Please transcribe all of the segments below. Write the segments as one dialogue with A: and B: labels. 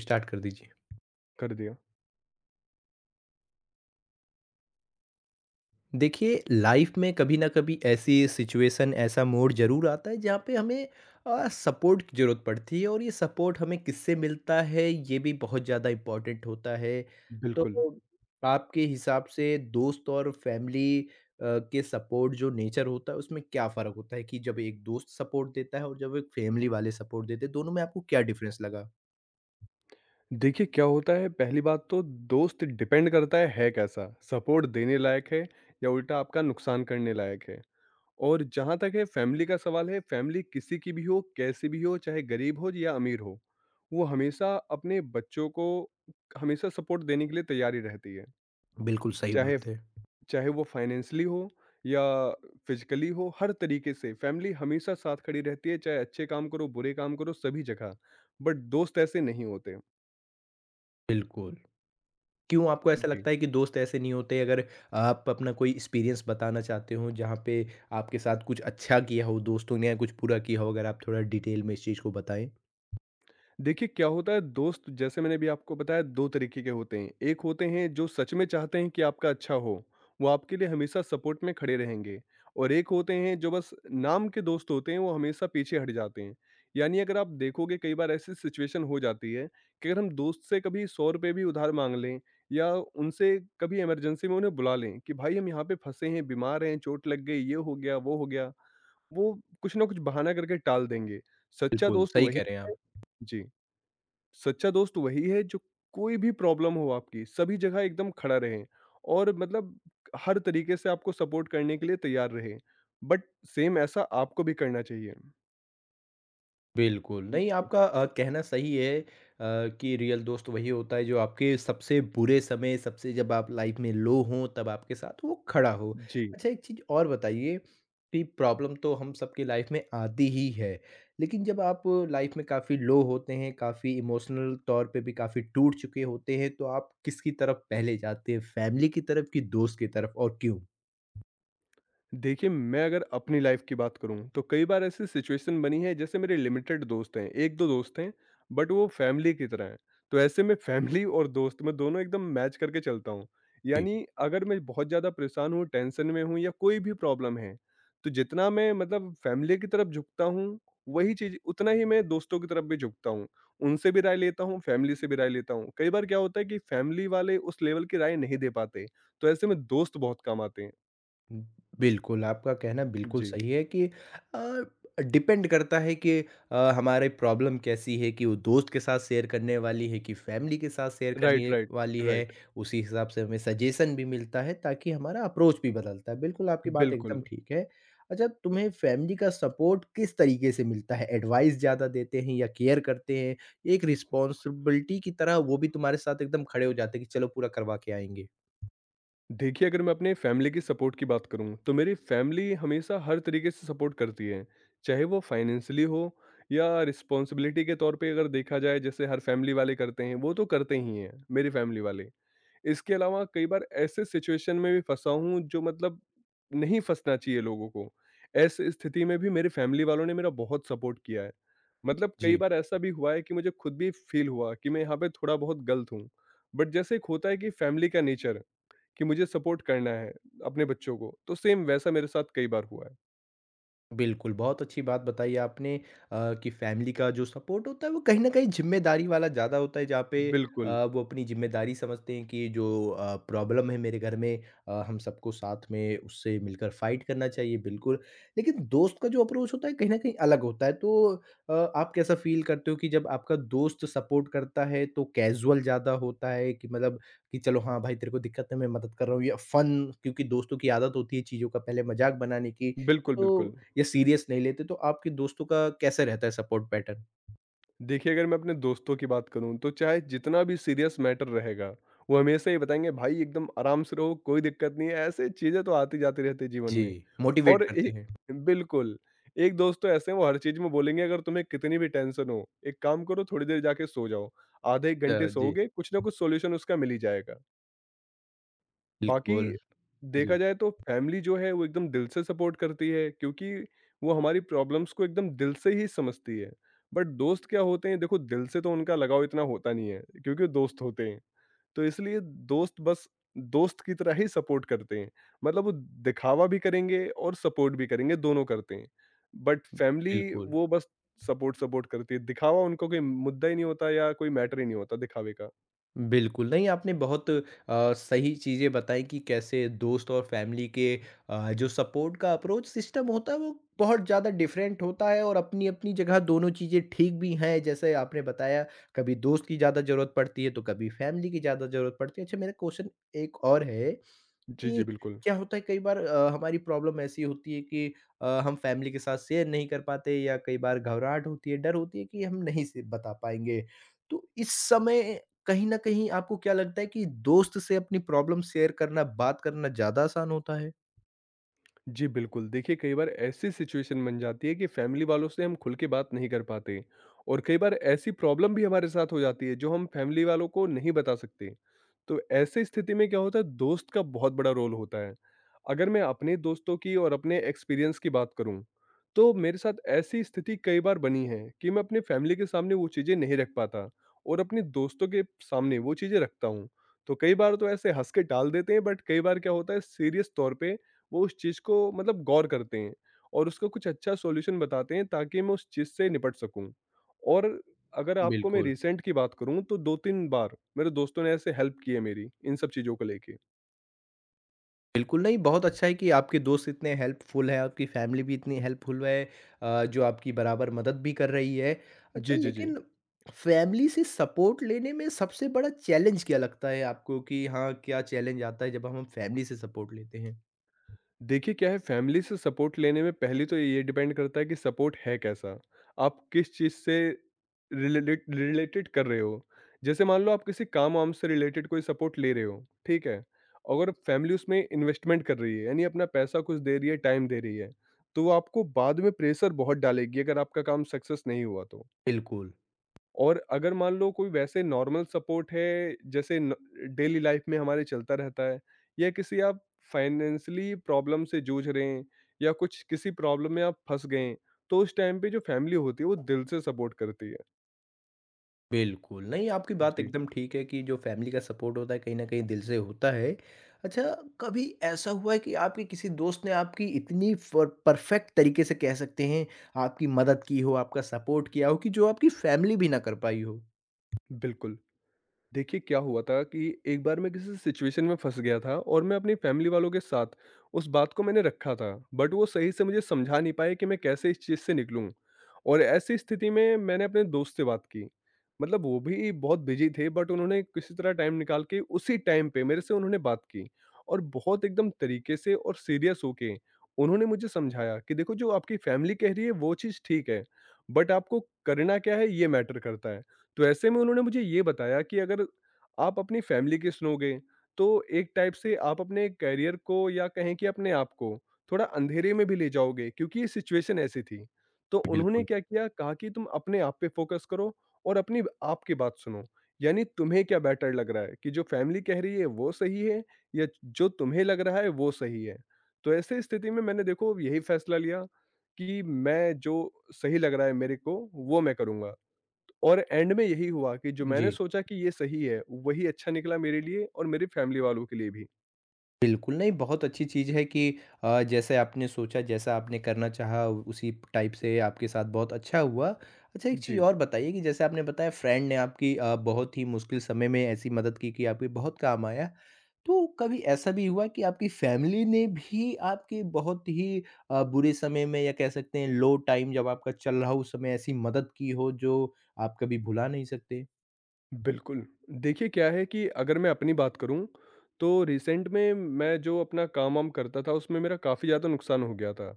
A: Start कर दीजिए।
B: कर दिया।
A: देखिए लाइफ में कभी न कभी ऐसी सिचुएशन ऐसा मोड़ ज़रूर आता है जहाँ पे हमें सपोर्ट की ज़रूरत पड़ती है और ये सपोर्ट हमें किससे मिलता है ये भी बहुत ज़्यादा इम्पोर्टेंट होता है। तो
B: बिल्कुल।
A: आपके हिसाब से दोस्त और फैमिली के सपोर्ट जो नेचर होता है उसमें क्या फ़र्क होता है कि जब एक दोस्त सपोर्ट देता है और जब एक फैमिली वाले सपोर्ट देते हैं दोनों में आपको क्या डिफ़रेंस लगा?
B: देखिए क्या होता है पहली बात तो दोस्त डिपेंड करता है कैसा? सपोर्ट देने लायक है या उल्टा आपका नुकसान करने लायक है? और जहाँ तक है फैमिली का सवाल है, फैमिली किसी की भी हो, कैसी भी हो, चाहे गरीब हो या अमीर हो, वो हमेशा अपने बच्चों को हमेशा सपोर्ट देने के लिए तैयार ही रहती है।
A: बिल्कुल सही
B: चाहे
A: बात है।
B: चाहे वो फाइनेंशियली हो या फिजिकली हो, हर तरीके से फैमिली हमेशा साथ खड़ी रहती है, चाहे अच्छे काम करो, बुरे काम करो, सभी जगह। बट दोस्त ऐसे नहीं होते।
A: बिल्कुल। क्यों आपको ऐसा
B: जी।
A: लगता है कि दोस्त ऐसे नहीं होते? अगर आप अपना कोई एक्सपीरियंस बताना चाहते हो जहाँ पे आपके साथ कुछ अच्छा किया हो दोस्तों ने या कुछ बुरा किया हो, अगर आप थोड़ा डिटेल में इस चीज़ को बताएँ?
B: देखिए क्या होता है दोस्त जैसे मैंने भी आपको बताया 2 तरीके के होते हैं। एक होते हैं जो सच में चाहते हैं कि आपका अच्छा हो, वो आपके लिए हमेशा सपोर्ट में खड़े रहेंगे और एक होते हैं जो बस नाम के दोस्त होते हैं वो हमेशा पीछे हट जाते हैं। यानी अगर आप देखोगे कई बार ऐसी सिचुएशन हो जाती है कि अगर हम दोस्त से कभी ₹100 भी उधार माँग लें या उनसे कभी इमरजेंसी में उन्हें बुला लें कि भाई हम यहाँ पे फँसे हैं, बीमार हैं, चोट लग गई, ये हो गया। वो कुछ ना कुछ बहाना करके टाल देंगे। सच्चा
A: बिल्कुल,
B: दोस्त
A: सही
B: वही
A: कह रहे हैं
B: है
A: आप।
B: जी। सच्चा दोस्त वही है जो कोई भी प्रॉब्लम हो आपकी, सभी जगह एकदम खड़ा रहे और मतलब हर तरीके से आपको सपोर्ट करने के लिए तैयार रहे। बट सेम ऐसा आपको भी करना चाहिए।
A: बिल्कुल, नहीं
B: जी।
A: आपका कहना सही है कि रियल दोस्त वही होता है जो आपके सबसे बुरे समय, सबसे जब आप लाइफ में लो हों तब आपके साथ वो खड़ा हो।
B: जी।
A: अच्छा एक चीज़ और बताइए कि प्रॉब्लम तो हम सबकी लाइफ में आती ही है, लेकिन जब आप लाइफ में काफ़ी लो होते हैं, काफ़ी इमोशनल तौर पे भी काफ़ी टूट चुके होते हैं, तो आप किसकी तरफ पहले जाते हैं? फैमिली की तरफ कि दोस्त की तरफ और क्यों?
B: देखिए, मैं अगर अपनी लाइफ़ की बात करूँ, तो कई बार ऐसी सिचुएशन बनी है जैसे मेरे लिमिटेड दोस्त हैं, 1-2 दोस्त हैं, बट वो फैमिली की तरह हैं। तो ऐसे में फैमिली और दोस्त मैं दोनों एकदम मैच करके चलता हूँ। यानी अगर मैं बहुत ज़्यादा परेशान हूँ, टेंशन में हूँ या कोई भी प्रॉब्लम है, तो जितना मैं मतलब फैमिली की तरफ झुकता हूँ, वही चीज़ उतना ही मैं दोस्तों की तरफ भी झुकता हूँ। उनसे भी राय लेता हूँ, फैमिली से भी राय लेता हूँ। कई बार क्या होता है कि फैमिली वाले उस लेवल की राय नहीं दे पाते, तो ऐसे में दोस्त बहुत काम आते हैं।
A: बिल्कुल, आपका कहना बिल्कुल
B: जी।
A: सही है कि अ, डिपेंड करता है कि हमारी प्रॉब्लम कैसी है कि वो दोस्त के साथ शेयर करने वाली है कि फैमिली के साथ शेयर
B: राइट,
A: करने
B: राइट,
A: वाली है,
B: राइट।
A: उसी हिसाब से हमें सजेशन भी मिलता है ताकि हमारा अप्रोच भी बदलता है। बिल्कुल, आपकी बात एकदम
B: बिल्कुल।
A: ठीक है। अच्छा, तुम्हें फैमिली का सपोर्ट किस तरीके से मिलता है? एडवाइस ज़्यादा देते हैं या केयर करते हैं? एक रिस्पॉन्सिबिलिटी की तरह वो भी तुम्हारे साथ एकदम खड़े हो जाते हैं कि चलो पूरा करवा के आएँगे?
B: देखिए, अगर मैं अपने फैमिली की सपोर्ट की बात करूँ, तो मेरी फैमिली हमेशा हर तरीके से सपोर्ट करती है। चाहे वो फाइनेंशियली हो या रिस्पॉन्सिबिलिटी के तौर पे अगर देखा जाए जैसे हर फैमिली वाले करते हैं, वो तो करते ही हैं, मेरी फैमिली वाले। इसके अलावा कई बार ऐसे सिचुएशन में भी फँसा हूँ जो मतलब नहीं फँसना चाहिए लोगों को। ऐसी स्थिति में भी मेरे फैमिली वालों ने मेरा बहुत सपोर्ट किया है। मतलब कई
A: जी।
B: बार ऐसा भी हुआ है कि मुझे खुद भी फ़ील हुआ कि मैं यहाँ पे थोड़ा बहुत गलत हूँ। बट जैसे एक होता है कि फैमिली का नेचर कि मुझे सपोर्ट करना है अपने बच्चों को, तो सेम वैसा मेरे साथ कई बार हुआ है।
A: बिल्कुल, बहुत अच्छी बात बताई आपने कि फ़ैमिली का जो सपोर्ट होता है वो कहीं न कहीं ज़िम्मेदारी वाला ज़्यादा होता है जहाँ पे
B: बिल्कुल।
A: वो अपनी ज़िम्मेदारी समझते हैं कि जो प्रॉब्लम है मेरे घर में हम सबको साथ में उससे मिलकर फ़ाइट करना चाहिए बिल्कुल। लेकिन दोस्त का जो अप्रोच होता है कहीं न कहीं अलग होता है तो आप कैसा फ़ील करते हो कि जब आपका दोस्त सपोर्ट करता है तो कैज़ुअल ज़्यादा होता है कि मतलब कि चलो हाँ, भाई तेरे को दिक्कत है मैं मदद कर रहा हूँ या फ़न क्योंकि दोस्तों की आदत होती है चीज़ों का पहले मज़ाक बनाने की,
B: बिल्कुल,
A: तो
B: बिल्कुल।
A: या सीरियस नहीं लेते, तो आपके दोस्तों का कैसा रहता है सपोर्ट पैटर्न?
B: देखिए, अगर मैं अपने दोस्तों की बात करूँ तो चाहे जितना भी सीरियस मैटर रहेगा, वो हमेशा ये बताएँगे भाई एकदम आराम से रहो, कोई दिक्कत नहीं है, ऐसे चीज़ें तो आती जाती रहती है जीवन
A: जी।
B: में।
A: मोटिवेट
B: और
A: करते
B: एक
A: हैं।
B: बिल्कुल, एक दोस्त तो ऐसे हैं वो हर चीज़ में बोलेंगे अगर तुम्हें कितनी भी टेंशन हो, एक काम करो थोड़ी देर जाके सो जाओ। आधे 1 घंटे
A: जी।
B: सोओगे, कुछ ना कुछ सॉल्यूशन उसका मिल ही जाएगा। बाकी
A: बिल्कुल,
B: देखा
A: जी।
B: जाए तो फैमिली जो है वो एकदम दिल से सपोर्ट करती है क्योंकि वो हमारी प्रॉब्लम्स को एकदम दिल से ही समझती है। बट दोस्त क्या होते हैं, देखो दिल से तो उनका लगाव इतना होता नहीं है क्योंकि वो दोस्त होते हैं, तो इसलिए दोस्त बस दोस्त की तरह ही सपोर्ट करते हैं। मतलब वो दिखावा भी करेंगे और सपोर्ट भी करेंगे, दोनों करते हैं। बट फैमिली
A: बिल्कुल।
B: वो बस सपोर्ट सपोर्ट करती है, दिखावा उनका कोई मुद्दा ही नहीं होता या कोई मैटर ही नहीं होता दिखावे का।
A: बिल्कुल, नहीं आपने बहुत सही चीज़ें बताई कि कैसे दोस्त और फैमिली के जो सपोर्ट का अप्रोच सिस्टम होता है, वो बहुत ज़्यादा डिफरेंट होता है और अपनी-अपनी जगह दोनों चीज़ें ठीक भी हैं। जैसे आपने बताया, कभी दोस्त की ज़्यादा ज़रूरत पड़ती है, तो कभी फैमिली की ज़्यादा ज़रूरत पड़ती है। अच्छा, मेरा क्वेश्चन एक और है
B: जी, जी,
A: कि
B: बिल्कुल।
A: क्या होता है कई बार हमारी प्रॉब्लम ऐसी होती है कि हम फैमिली के साथ शेयर नहीं कर पाते या कई बार घबराहट होती है, डर होती है कि हम नहीं से बता पाएँगे। तो इस समय कहीं न कहीं आपको क्या लगता है कि दोस्त से अपनी प्रॉब्लम शेयर करना, बात करना ज़्यादा आसान होता है?
B: जी। बिल्कुल, देखिए कई बार ऐसी सिचुएशन बन जाती है कि फैमिली वालों से हम खुल के बात नहीं कर पाते और कई बार ऐसी प्रॉब्लम भी हमारे साथ हो जाती है, जो हम फैमिली वालों को नहीं बता सकते। तो ऐसे स्थिति में क्या होता है दोस्त का बहुत बड़ा रोल होता है। अगर मैं अपने दोस्तों की और अपने एक्सपीरियंस की बात करूँ, तो मेरे साथ ऐसी स्थिति कई बार बनी है कि मैं अपने फैमिली के सामने वो चीज़ें नहीं रख पाता और अपने दोस्तों के सामने वो चीज़ें रखता हूँ। तो कई बार तो ऐसे हँस के टाल देते हैं बट कई बार क्या होता है सीरियस तौर पे वो उस चीज़ को मतलब गौर करते हैं और उसका कुछ अच्छा सॉल्यूशन बताते हैं ताकि मैं उस चीज़ से निपट सकूँ। और अगर आपको मैं
A: बिल्कुल।
B: रिसेंट की बात करूँ तो 2-3 बार मेरे दोस्तों ने ऐसे हेल्प की है मेरी इन सब चीज़ों को लेके।
A: बिल्कुल नहीं, बहुत अच्छा है कि आपके दोस्त इतने हेल्पफुल हैं, आपकी फैमिली भी इतनी हेल्पफुल है जो आपकी बराबर मदद भी कर रही है। अच्छा
B: जी, जी, जी।
A: लेकिन फैमिली से सपोर्ट लेने में सबसे बड़ा चैलेंज क्या लगता है आपको कि हाँ, क्या चैलेंज आता है जब हम फैमिली से सपोर्ट लेते हैं?
B: देखिए क्या है, फैमिली से सपोर्ट लेने में पहले तो ये डिपेंड करता है कि सपोर्ट है कैसा, आप किस चीज़ से रिलेटेड रिलेटेड कर रहे हो। जैसे मान लो आप किसी काम वाम से रिलेटेड कोई सपोर्ट ले रहे हो, ठीक है, अगर फैमिली उसमें इन्वेस्टमेंट कर रही है यानी अपना पैसा कुछ दे रही है, टाइम दे रही है, तो वो आपको बाद में प्रेशर बहुत डालेगी अगर आपका काम सक्सेस नहीं हुआ तो।
A: बिल्कुल।
B: और अगर मान लो कोई वैसे नॉर्मल सपोर्ट है जैसे डेली लाइफ में हमारे चलता रहता है, या किसी आप फाइनेंशियली प्रॉब्लम से जूझ रहे हैं या कुछ किसी प्रॉब्लम में आप फंस गए हैं, तो उस टाइम पे जो फैमिली होती है वो दिल से सपोर्ट करती है।
A: बिल्कुल, नहीं आपकी बात
B: जी।
A: एकदम ठीक है कि जो फैमिली का सपोर्ट होता है कहीं न कहीं दिल से होता है। अच्छा कभी ऐसा हुआ है कि आपके किसी दोस्त ने आपकी इतनी फ परफ़ेक्ट तरीके से कह सकते हैं आपकी मदद की हो, आपका सपोर्ट किया हो कि जो आपकी फैमिली भी ना कर पाई हो?
B: बिल्कुल, देखिए क्या हुआ था कि एक बार मैं किसी सिचुएशन में फंस गया था और मैं अपनी फैमिली वालों के साथ उस बात को मैंने रखा था बट वो सही से मुझे समझा नहीं पाए कि मैं कैसे इस चीज़ से निकलूं। और ऐसी स्थिति में मैंने अपने दोस्त से बात की, मतलब वो भी बहुत बिजी थे बट उन्होंने किसी तरह टाइम निकाल के उसी टाइम पे मेरे से उन्होंने बात की और बहुत एकदम तरीके से और सीरियस होके उन्होंने मुझे समझाया कि देखो जो आपकी फैमिली कह रही है वो चीज़ ठीक है बट आपको करना क्या है ये मैटर करता है। तो ऐसे में उन्होंने मुझे ये बताया कि अगर आप अपनी फैमिली के सुनोगे तो एक टाइप से आप अपने करियर को या कहें कि अपने आप को थोड़ा अंधेरे में भी ले जाओगे, क्योंकि ये सिचुएशन ऐसी थी। तो उन्होंने
A: बिल्कुल।
B: क्या किया, कहा कि तुम अपने आप पे फोकस करो और अपनी आप की बात सुनो, यानी तुम्हें क्या बेटर लग रहा है, कि जो फैमिली कह रही है वो सही है या जो तुम्हें लग रहा है वो सही है। तो ऐसे स्थिति में मैंने देखो यही फैसला लिया कि मैं जो सही लग रहा है मेरे को, वो मैं करूँगा। और एंड में यही हुआ कि जो मैंने
A: जी।
B: सोचा कि ये सही है, वही अच्छा निकला मेरे लिए और मेरी फैमिली वालों के लिए भी।
A: बिल्कुल, नहीं बहुत अच्छी चीज़ है कि जैसे आपने सोचा, जैसा आपने करना चाहा उसी टाइप से आपके साथ बहुत अच्छा हुआ। अच्छा एक चीज़
B: जी,
A: और बताइए कि जैसे आपने बताया फ्रेंड ने आपकी बहुत ही मुश्किल समय में ऐसी मदद की कि आपके बहुत काम आया। तो कभी ऐसा भी हुआ कि आपकी फैमिली ने भी आपके बहुत ही बुरे समय में या कह सकते हैं लो टाइम जब आपका चल रहा हो उस समय ऐसी मदद की हो जो आप कभी भुला नहीं सकते?
B: बिल्कुल। देखिए क्या है कि अगर मैं अपनी बात करूँ, तो रिसेंट में मैं जो अपना काम-वाम करता था उसमें मेरा काफ़ी ज़्यादा नुकसान हो गया था।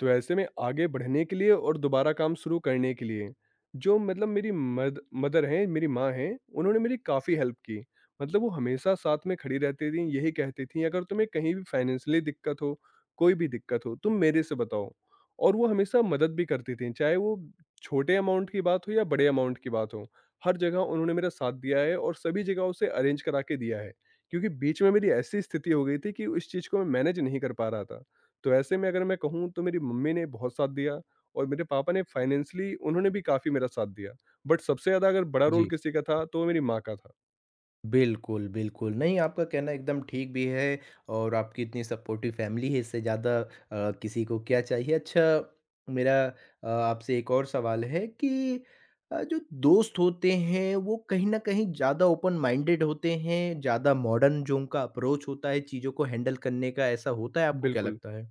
B: तो ऐसे में आगे बढ़ने के लिए और दोबारा काम शुरू करने के लिए जो मतलब मेरी मद मदर हैं, मेरी माँ हैं, उन्होंने मेरी काफ़ी हेल्प की। मतलब वो हमेशा साथ में खड़ी रहती थीं, यही कहती थीं, "अगर तुम्हें कहीं भी फाइनेंशियली दिक्कत हो, कोई भी दिक्कत हो, तुम मेरे से बताओ।" और वो हमेशा मदद भी करती थीं, चाहे वो छोटे अमाउंट की बात हो या बड़े अमाउंट की बात हो। हर जगह उन्होंने मेरा साथ दिया है और सभी जगह उसे अरेंज करा के दिया है, क्योंकि बीच में मेरी ऐसी स्थिति हो गई थी कि उस चीज़ को मैं मैनेज नहीं कर पा रहा था। तो ऐसे में अगर मैं कहूँ तो मेरी मम्मी ने बहुत साथ दिया और मेरे पापा ने फाइनेंशियली उन्होंने भी काफ़ी मेरा साथ दिया। बट सबसे ज़्यादा अगर बड़ा रोल
A: जी।
B: किसी का था तो वो मेरी माँ का था।
A: बिल्कुल, बिल्कुल। नहीं, आपका कहना एकदम ठीक भी है और आपकी इतनी सपोर्टिव फैमिली है, इससे ज़्यादा किसी को क्या चाहिए। अच्छा, मेरा आपसे एक और सवाल है कि जो दोस्त होते हैं, वो कहीं न कहीं ज़्यादा ओपन माइंडेड होते हैं, ज़्यादा मॉडर्न जो उनका अप्रोच होता है चीज़ों को हैंडल करने का, ऐसा होता है, आपको क्या
B: बिल्कुल,
A: लगता है?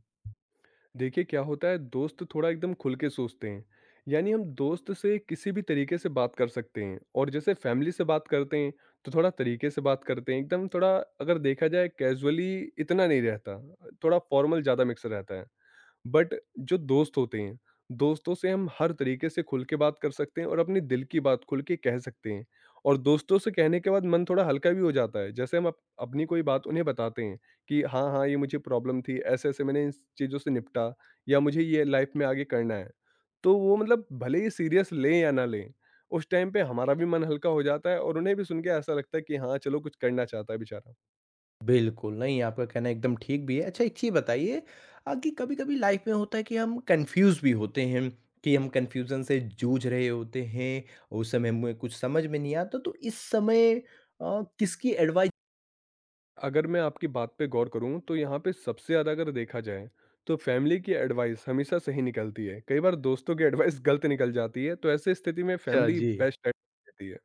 B: देखिए क्या होता है दोस्त थोड़ा एकदम खुल के सोचते हैं। यानी हम दोस्त से किसी भी तरीके से बात कर सकते हैं और जैसे फैमिली से बात करते हैं तो थोड़ा तरीके से बात करते हैं। एकदम थोड़ा अगर देखा जाए कैजुअली इतना नहीं रहता, थोड़ा फॉर्मल ज़्यादा मिक्स रहता है। बट जो दोस्त होते हैं, दोस्तों से हम हर तरीके से खुल के बात कर सकते हैं और अपने दिल की बात खुल के कह सकते हैं और दोस्तों से कहने के बाद मन थोड़ा हल्का भी हो जाता है। जैसे हम अप अपनी कोई बात उन्हें बताते हैं कि हाँ, हाँ, ये मुझे प्रॉब्लम थी, ऐसे-ऐसे मैंने इन चीज़ों से निपटा या मुझे ये लाइफ में आगे करना है। तो वो मतलब भले ही सीरियस लें या ना लें, उस टाइम पे हमारा भी मन हल्का हो जाता है और उन्हें भी सुन के ऐसा लगता है कि हाँ, चलो कुछ करना चाहता है बेचारा।
A: बिल्कुल, नहीं आपका कहना एकदम ठीक भी है। अच्छा एक चीज़ बताइए कि कभी-कभी लाइफ़ में होता है कि हम कन्फ्यूज़ भी होते हैं, कि हम कन्फ्यूज़न से जूझ रहे होते हैं, उस समय हमें कुछ समझ में नहीं आता, तो इस समय किसकी एडवाइस
B: अगर मैं आपकी बात पे गौर करूँ तो यहाँ पे सबसे ज़्यादा अगर देखा जाए तो फैमिली की एडवाइस हमेशा सही निकलती है। कई बार दोस्तों की एडवाइस गलत निकल जाती है, तो ऐसे स्थिति में
A: अच्छा,
B: फैमिली
A: जी।
B: बेस्ट रहती है।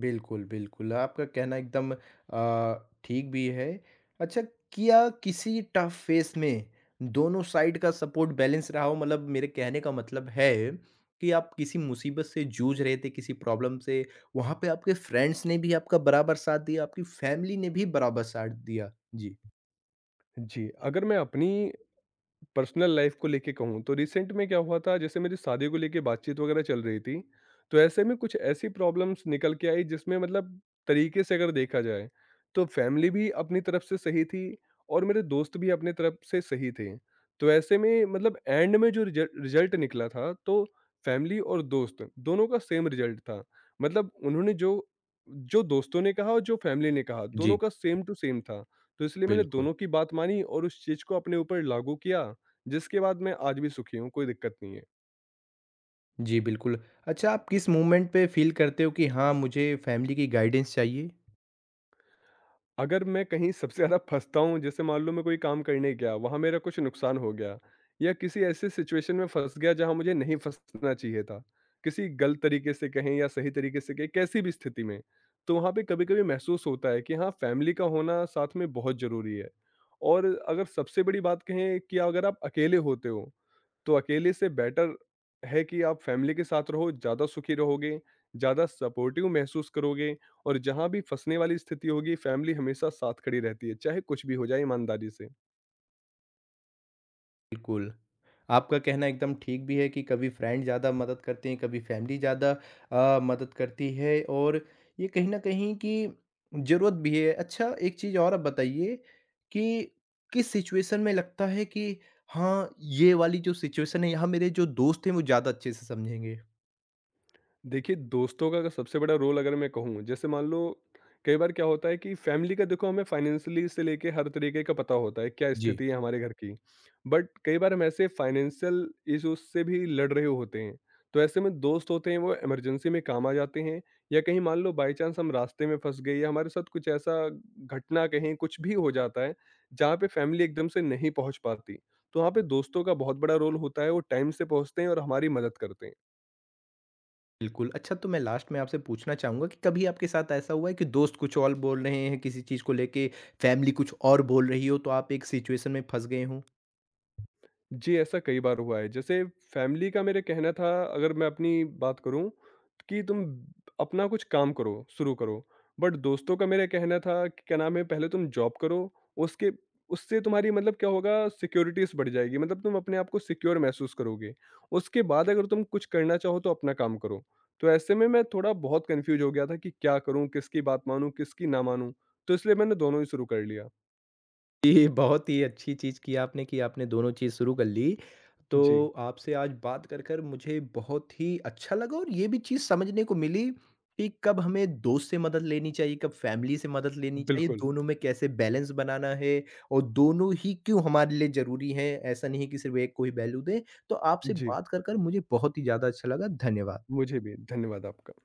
A: बिल्कुल, बिल्कुल। आपका कहना एकदम ठीक भी है। अच्छा क्या किसी टफ फ़ेस में दोनों साइड का सपोर्ट बैलेंस रहा हो? मतलब मेरे कहने का मतलब है कि आप किसी मुसीबत से जूझ रहे थे, किसी प्रॉब्लम से, वहाँ पे आपके फ्रेंड्स ने भी आपका बराबर साथ दिया, आपकी फैमिली ने भी बराबर साथ दिया? जी।
B: जी, अगर मैं अपनी पर्सनल लाइफ को लेके कहूँ तो रिसेंट में क्या हुआ था, जैसे मेरी शादी को लेके बातचीत वगैरह चल रही थी, तो ऐसे में कुछ ऐसी प्रॉब्लम्स निकल के आई जिसमें मतलब तरीके से अगर देखा जाए तो फैमिली भी अपनी तरफ से सही थी और मेरे दोस्त भी अपनी तरफ से सही थे। तो ऐसे में मतलब एंड में जो रिजल्ट निकला था, तो फैमिली और दोस्त दोनों का सेम रिजल्ट था। मतलब उन्होंने जो जो दोस्तों ने कहा और जो फैमिली ने कहा, दोनों
A: जी,
B: का सेम टू सेम था। तो इसलिए मैंने
A: बिल्कुल।
B: दोनों की बात मानी और उस चीज को अपने ऊपर लागू किया, जिसके बाद मैं आज भी सुखी हूँ, कोई दिक्कत नहीं है।
A: जी, बिल्कुल। अच्छा आप किस मोमेंट पे फ़ील करते हो कि हाँ, मुझे फैमिली की गाइडेंस चाहिए?
B: अगर मैं कहीं सबसे ज़्यादा फँसता हूँ, जैसे मान लो मैं कोई काम करने गया, वहाँ मेरा कुछ नुकसान हो गया या किसी ऐसे सिचुएशन में फँस गया जहाँ मुझे नहीं फँसना चाहिए था, किसी गलत तरीके से कहें या सही तरीके से कहें, कैसी भी स्थिति में, तो वहाँ पे कभी-कभी महसूस होता है कि हाँ, फैमिली का होना साथ में बहुत ज़रूरी है। और अगर सबसे बड़ी बात कहें कि अगर आप अकेले होते हो तो अकेले से बेटर है कि आप फैमिली के साथ रहो, ज़्यादा सुखी रहोगे, ज़्यादा सपोर्टिव महसूस करोगे और जहाँ भी फँसने वाली स्थिति होगी, फैमिली हमेशा साथ खड़ी रहती है, चाहे कुछ भी हो जाए ईमानदारी से।
A: बिल्कुल, आपका कहना एकदम ठीक भी है कि कभी फ्रेंड ज़्यादा मदद करते हैं, कभी फैमिली ज़्यादा मदद करती है और ये कहीं न कहीं कि ज़रूरत भी है। अच्छा एक चीज़ और आप बताइए कि किस सिचुएशन में लगता है कि हाँ, ये वाली जो सिचुएशन है यहाँ मेरे जो दोस्त हैं वो ज़्यादा अच्छे से समझेंगे?
B: देखिए, दोस्तों का अगर सबसे बड़ा रोल अगर मैं कहूँ, जैसे मान लो कई बार क्या होता है कि फैमिली का देखो हमें फाइनेंशियली से लेके हर तरीके का पता होता है, क्या
A: जी।
B: स्थिति है हमारे घर की। बट कई बार हम ऐसे फाइनेंशियल इश्यूज़ से भी लड़ रहे होते हैं, तो ऐसे में दोस्त होते हैं वो इमरजेंसी में काम आ जाते हैं या कहीं मान लो बाई चांस हम रास्ते में फँस गए या हमारे साथ कुछ ऐसा घटना कहें कुछ भी हो जाता है, जहाँ पे फैमिली एकदम से नहीं पहुँच पाती। तो वहाँ पे दोस्तों का बहुत बड़ा रोल होता है, वो टाइम से पहुँचते हैं और हमारी मदद करते हैं।
A: बिल्कुल, अच्छा तो मैं लास्ट में आपसे पूछना चाहूँगा कि कभी आपके साथ ऐसा हुआ है कि दोस्त कुछ और बोल रहे हैं किसी चीज़ को लेके, फैमिली कुछ और बोल रही हो तो आप एक सिचुएशन में फँस गए हों?
B: जी, ऐसा कई बार हुआ है। जैसे फैमिली का मेरे कहना था, अगर मैं अपनी बात करूँ, कि तुम अपना कुछ काम करो, शुरू करो। बट दोस्तों का मेरा कहना था कि क्या नाम है, पहले तुम जॉब करो, उसके उससे तुम्हारी मतलब क्या होगा, सिक्योरिटीज़ बढ़ जाएगी। मतलब तुम अपने आप को सिक्योर महसूस करोगे। उसके बाद अगर तुम कुछ करना चाहो तो अपना काम करो। तो ऐसे में मैं थोड़ा बहुत कन्फ्यूज़ हो गया था कि क्या करूँ, किसकी बात मानूँ, किसकी ना मानूँ? तो इसलिए मैंने दोनों ही शुरू कर लिया।
A: ये बहुत ही अच्छी चीज़ की आपने कि आपने दोनों चीज़ शुरू कर ली।
B: जी,
A: तो आपसे आज बात कर कर मुझे बहुत ही अच्छा लगा और ये भी चीज़ समझने को मिली कि कब हमें दोस्त से मदद लेनी चाहिए, कब फैमिली से मदद लेनी चाहिए,
B: बिल्कुल।
A: दोनों में कैसे बैलेंस बनाना है और दोनों ही क्यों हमारे लिए ज़रूरी हैं, ऐसा नहीं है कि सिर्फ़ एक को ही वैल्यू दें। तो आपसे
B: जी,
A: बात कर कर मुझे बहुत ही ज़्यादा अच्छा लगा। धन्यवाद।
B: मुझे भी। धन्यवाद आपका।